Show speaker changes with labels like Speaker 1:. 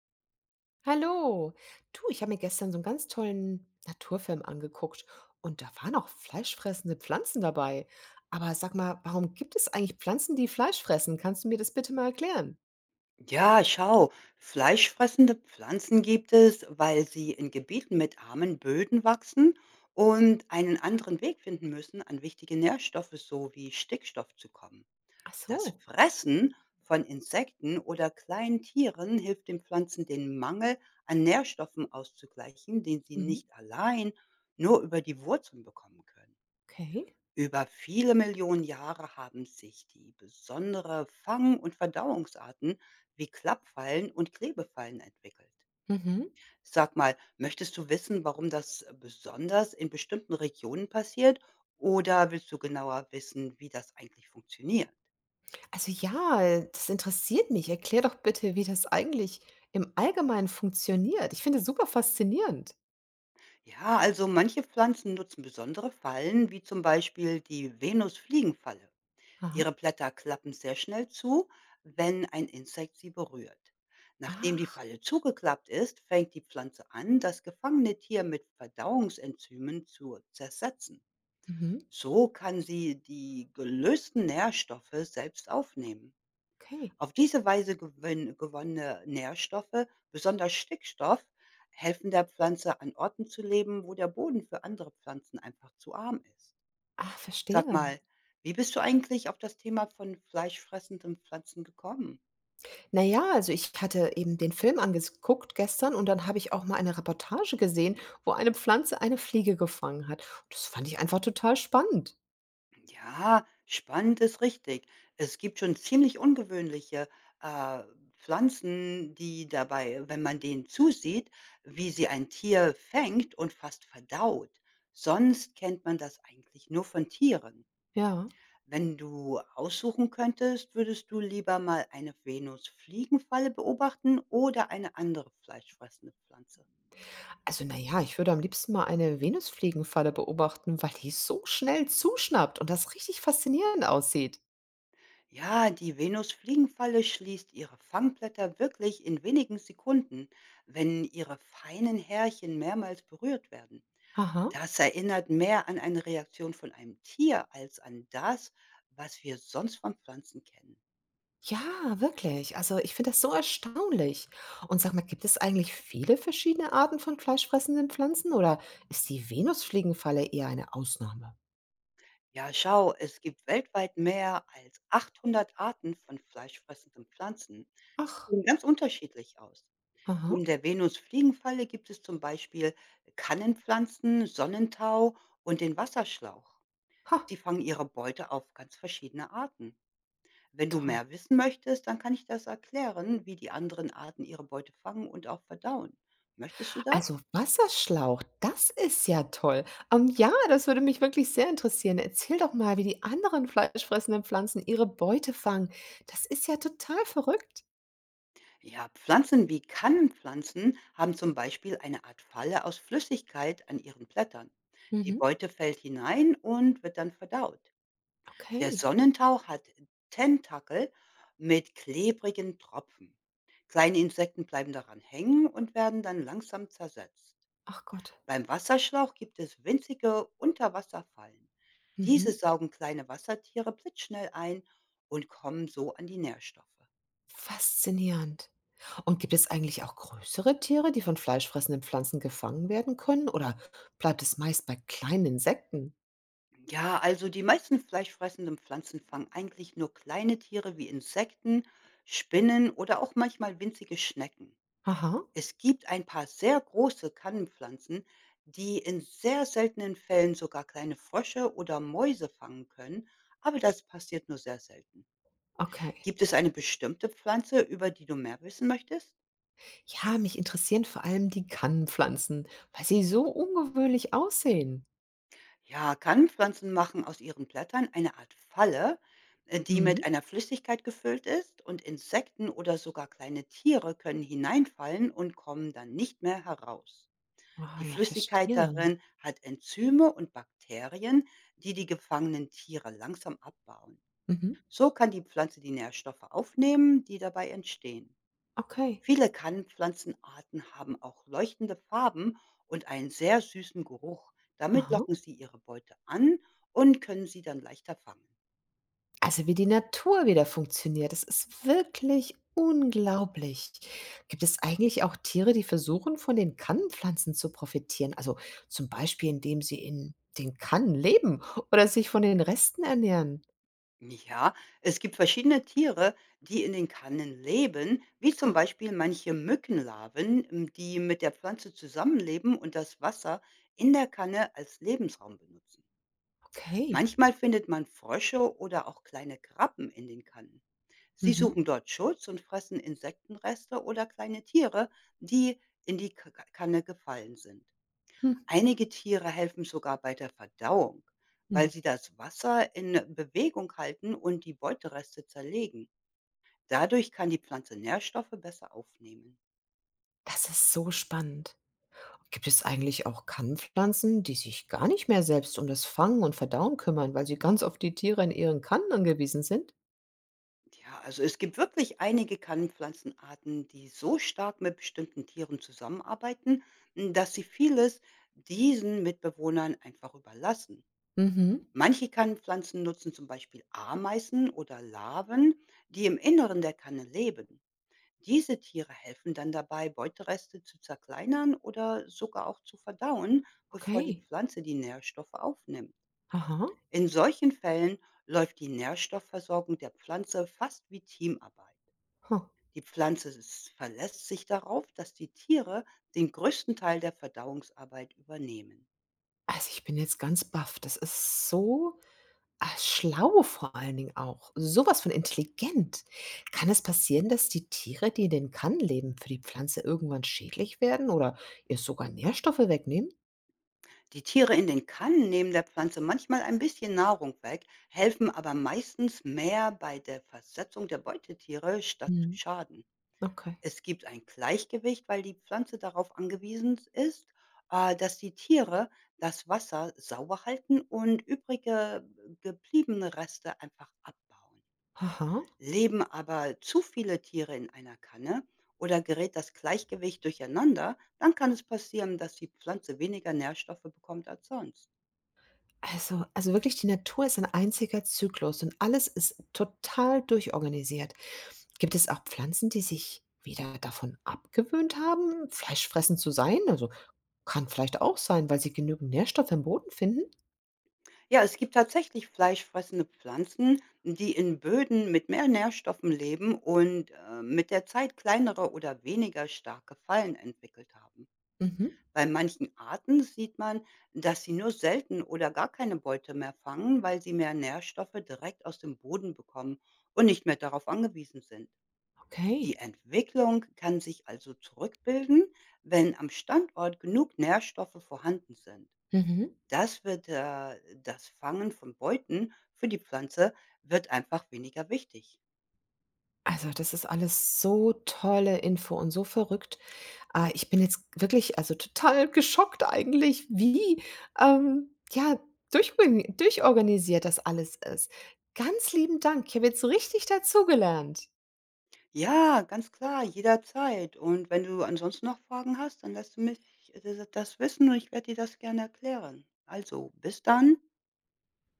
Speaker 1: Hallo. Du, ich habe mir gestern so einen ganz tollen Naturfilm angeguckt und da waren auch fleischfressende Pflanzen dabei. Aber sag mal, warum gibt es eigentlich Pflanzen, die Fleisch fressen? Kannst du mir das bitte mal erklären?
Speaker 2: Ja, schau, fleischfressende Pflanzen gibt es, weil sie in Gebieten mit armen Böden wachsen und einen anderen Weg finden müssen, an wichtige Nährstoffe sowie Stickstoff zu kommen.
Speaker 1: Ach
Speaker 2: Das
Speaker 1: so.
Speaker 2: Fressen von Insekten oder kleinen Tieren hilft den Pflanzen, den Mangel an Nährstoffen auszugleichen, den sie
Speaker 1: Mhm.
Speaker 2: nicht allein nur über die Wurzeln bekommen können.
Speaker 1: Okay.
Speaker 2: Über viele Millionen Jahre haben sich die besondere Fang- und Verdauungsarten wie Klappfallen und Klebefallen entwickelt.
Speaker 1: Mhm.
Speaker 2: Sag mal, möchtest du wissen, warum das besonders in bestimmten Regionen passiert? Oder willst du genauer wissen, wie das eigentlich funktioniert?
Speaker 1: Also ja, das interessiert mich. Erklär doch bitte, wie das eigentlich im Allgemeinen funktioniert. Ich finde es super faszinierend.
Speaker 2: Ja, also manche Pflanzen nutzen besondere Fallen, wie zum Beispiel die Venusfliegenfalle.
Speaker 1: Aha.
Speaker 2: Ihre Blätter klappen sehr schnell zu, wenn ein Insekt sie berührt. Nachdem die
Speaker 1: Ach.
Speaker 2: Falle zugeklappt ist, fängt die Pflanze an, das gefangene Tier mit Verdauungsenzymen zu zersetzen.
Speaker 1: Mhm.
Speaker 2: So kann sie die gelösten Nährstoffe selbst aufnehmen.
Speaker 1: Okay.
Speaker 2: Auf diese Weise gewonnene Nährstoffe, besonders Stickstoff, helfen der Pflanze an Orten zu leben, wo der Boden für andere Pflanzen einfach zu arm ist.
Speaker 1: Ah,
Speaker 2: Sag
Speaker 1: verstehe.
Speaker 2: mal, wie bist du eigentlich auf das Thema von fleischfressenden Pflanzen gekommen?
Speaker 1: Na ja, also ich hatte eben den Film angeguckt gestern und dann habe ich auch mal eine Reportage gesehen, wo eine Pflanze eine Fliege gefangen hat. Das fand ich einfach total spannend.
Speaker 2: Ja, spannend ist richtig. Es gibt schon ziemlich ungewöhnliche, äh, Pflanzen, die dabei wenn man denen zusieht, wie sie ein Tier fängt und fast verdaut. Sonst kennt man das eigentlich nur von Tieren.
Speaker 1: Ja.
Speaker 2: Wenn du aussuchen könntest, würdest du lieber mal eine Venusfliegenfalle beobachten oder eine andere fleischfressende Pflanze?
Speaker 1: Also na ja, ich würde am liebsten mal eine Venusfliegenfalle beobachten, weil die so schnell zuschnappt und das richtig faszinierend aussieht.
Speaker 2: Ja, die Venusfliegenfalle schließt ihre Fangblätter wirklich in wenigen Sekunden, wenn ihre feinen Härchen mehrmals berührt werden.
Speaker 1: Aha.
Speaker 2: Das erinnert mehr an eine Reaktion von einem Tier als an das, was wir sonst von Pflanzen kennen.
Speaker 1: Ja, wirklich. Also ich finde das so erstaunlich. Und sag mal, gibt es eigentlich viele verschiedene Arten von fleischfressenden Pflanzen oder ist die Venusfliegenfalle eher eine Ausnahme?
Speaker 2: Ja, schau, es gibt weltweit mehr als 800 Arten von fleischfressenden Pflanzen. Sie
Speaker 1: Ach,
Speaker 2: sehen ganz unterschiedlich aus.
Speaker 1: aha.
Speaker 2: In der Venusfliegenfalle gibt es zum Beispiel Kannenpflanzen, Sonnentau und den Wasserschlauch.
Speaker 1: Ha.
Speaker 2: Sie fangen ihre Beute auf ganz verschiedene Arten. Wenn du
Speaker 1: Toll.
Speaker 2: mehr wissen möchtest, dann kann ich das erklären, wie die anderen Arten ihre Beute fangen und auch verdauen. Möchtest du das?
Speaker 1: Also, Wasserschlauch, das ist ja toll. Ja, das würde mich wirklich sehr interessieren. Erzähl doch mal, wie die anderen fleischfressenden Pflanzen ihre Beute fangen. Das ist ja total verrückt.
Speaker 2: Ja, Pflanzen wie Kannenpflanzen haben zum Beispiel eine Art Falle aus Flüssigkeit an ihren Blättern. Die
Speaker 1: Mhm.
Speaker 2: Beute fällt hinein und wird dann verdaut. Der
Speaker 1: Okay.
Speaker 2: Sonnentau hat Tentakel mit klebrigen Tropfen. Kleine Insekten bleiben daran hängen und werden dann langsam zersetzt.
Speaker 1: Ach Gott.
Speaker 2: Beim Wasserschlauch gibt es winzige Unterwasserfallen.
Speaker 1: Mhm.
Speaker 2: Diese saugen kleine Wassertiere blitzschnell ein und kommen so an die Nährstoffe.
Speaker 1: Faszinierend. Und gibt es eigentlich auch größere Tiere, die von fleischfressenden Pflanzen gefangen werden können? Oder bleibt es meist bei kleinen Insekten?
Speaker 2: Ja, also die meisten fleischfressenden Pflanzen fangen eigentlich nur kleine Tiere wie Insekten, Spinnen oder auch manchmal winzige Schnecken.
Speaker 1: Aha.
Speaker 2: Es gibt ein paar sehr große Kannenpflanzen, die in sehr seltenen Fällen sogar kleine Frösche oder Mäuse fangen können, aber das passiert nur sehr selten.
Speaker 1: Okay.
Speaker 2: Gibt es eine bestimmte Pflanze, über die du mehr wissen möchtest?
Speaker 1: Ja, mich interessieren vor allem die Kannenpflanzen, weil sie so ungewöhnlich aussehen.
Speaker 2: Ja, kann Pflanzen machen aus ihren Blättern eine Art Falle, die
Speaker 1: Mhm.
Speaker 2: mit einer Flüssigkeit gefüllt ist und Insekten oder sogar kleine Tiere können hineinfallen und kommen dann nicht mehr heraus.
Speaker 1: Ah,
Speaker 2: Die
Speaker 1: ja,
Speaker 2: Flüssigkeit
Speaker 1: verstehe.
Speaker 2: darin hat Enzyme und Bakterien, die die gefangenen Tiere langsam abbauen.
Speaker 1: Mhm.
Speaker 2: So kann die Pflanze die Nährstoffe aufnehmen, die dabei entstehen.
Speaker 1: Okay.
Speaker 2: Viele Kannenpflanzenarten haben auch leuchtende Farben und einen sehr süßen Geruch. Damit
Speaker 1: Aha.
Speaker 2: locken sie ihre Beute an und können sie dann leichter fangen.
Speaker 1: Also, wie die Natur wieder funktioniert, das ist wirklich unglaublich. Gibt es eigentlich auch Tiere, die versuchen, von den Kannenpflanzen zu profitieren? Also, zum Beispiel, indem sie in den Kannen leben oder sich von den Resten ernähren?
Speaker 2: Ja, es gibt verschiedene Tiere, die in den Kannen leben, wie
Speaker 1: Ha,
Speaker 2: zum Beispiel manche Mückenlarven, die mit der Pflanze zusammenleben und das Wasser in der Kanne als Lebensraum benutzen.
Speaker 1: okay.
Speaker 2: Manchmal findet man Frösche oder auch kleine Krabben in den Kannen. Sie
Speaker 1: Mhm.
Speaker 2: suchen dort Schutz und fressen Insektenreste oder kleine Tiere, die in die Kanne gefallen sind.
Speaker 1: Hm.
Speaker 2: Einige Tiere helfen sogar bei der Verdauung, weil
Speaker 1: Hm.
Speaker 2: sie das Wasser in Bewegung halten und die Beutereste zerlegen. Dadurch kann die Pflanze Nährstoffe besser aufnehmen.
Speaker 1: Das ist so spannend. Gibt es eigentlich auch Kannpflanzen, die sich gar nicht mehr selbst um das Fangen und Verdauen kümmern, weil sie ganz auf die Tiere in ihren Kannen angewiesen sind?
Speaker 2: Ja, also es gibt wirklich einige Kannenpflanzenarten, die so stark mit bestimmten Tieren zusammenarbeiten, dass sie vieles diesen Mitbewohnern einfach überlassen.
Speaker 1: Mhm.
Speaker 2: Manche Kannenpflanzen nutzen zum Beispiel Ameisen oder Larven, die im Inneren der Kanne leben. Diese Tiere helfen dann dabei, Beutereste zu zerkleinern oder sogar auch zu verdauen, bevor die
Speaker 1: Okay.
Speaker 2: Pflanze die Nährstoffe aufnimmt.
Speaker 1: Aha.
Speaker 2: In solchen Fällen läuft die Nährstoffversorgung der Pflanze fast wie Teamarbeit.
Speaker 1: Huh.
Speaker 2: Die Pflanze s verlässt sich darauf, dass die Tiere den größten Teil der Verdauungsarbeit übernehmen.
Speaker 1: Also ich bin jetzt ganz baff. Das ist so ah, schlau vor allen Dingen auch. Sowas von intelligent. Kann es passieren, dass die Tiere, die in den Kannen leben, für die Pflanze irgendwann schädlich werden oder ihr sogar Nährstoffe wegnehmen?
Speaker 2: Die Tiere in den Kannen nehmen der Pflanze manchmal ein bisschen Nahrung weg, helfen aber meistens mehr bei der Versetzung der Beutetiere, statt zu
Speaker 1: Mhm.
Speaker 2: schaden.
Speaker 1: Okay.
Speaker 2: Es gibt ein Gleichgewicht, weil die Pflanze darauf angewiesen ist, dass die Tiere das Wasser sauber halten und übrige gebliebene Reste einfach abbauen.
Speaker 1: Aha.
Speaker 2: Leben aber zu viele Tiere in einer Kanne oder gerät das Gleichgewicht durcheinander, dann kann es passieren, dass die Pflanze weniger Nährstoffe bekommt als sonst.
Speaker 1: Also wirklich, die Natur ist ein einziger Zyklus und alles ist total durchorganisiert. Gibt es auch Pflanzen, die sich wieder davon abgewöhnt haben, fleischfressend zu sein? Also, kann vielleicht auch sein, weil sie genügend Nährstoffe im Boden finden?
Speaker 2: Ja, es gibt tatsächlich fleischfressende Pflanzen, die in Böden mit mehr Nährstoffen leben und mit der Zeit kleinere oder weniger starke Fallen entwickelt haben.
Speaker 1: Mhm,
Speaker 2: Bei manchen Arten sieht man, dass sie nur selten oder gar keine Beute mehr fangen, weil sie mehr Nährstoffe direkt aus dem Boden bekommen und nicht mehr darauf angewiesen sind.
Speaker 1: okay.
Speaker 2: Die Entwicklung kann sich also zurückbilden, wenn am Standort genug Nährstoffe vorhanden sind.
Speaker 1: Mhm.
Speaker 2: Das wird äh, Das Fangen von Beuten für die Pflanze wird einfach weniger wichtig.
Speaker 1: Also, das ist alles so tolle Info und so verrückt. Ah, ich bin jetzt wirklich, also, total geschockt eigentlich, wie, ja, durchorganisiert das alles ist. Ganz lieben Dank. Ich habe jetzt so richtig dazugelernt.
Speaker 2: Ja, ganz klar, jederzeit. Und wenn du ansonsten noch Fragen hast, dann lass du mich das wissen und ich werde dir das gerne erklären. Also, bis dann.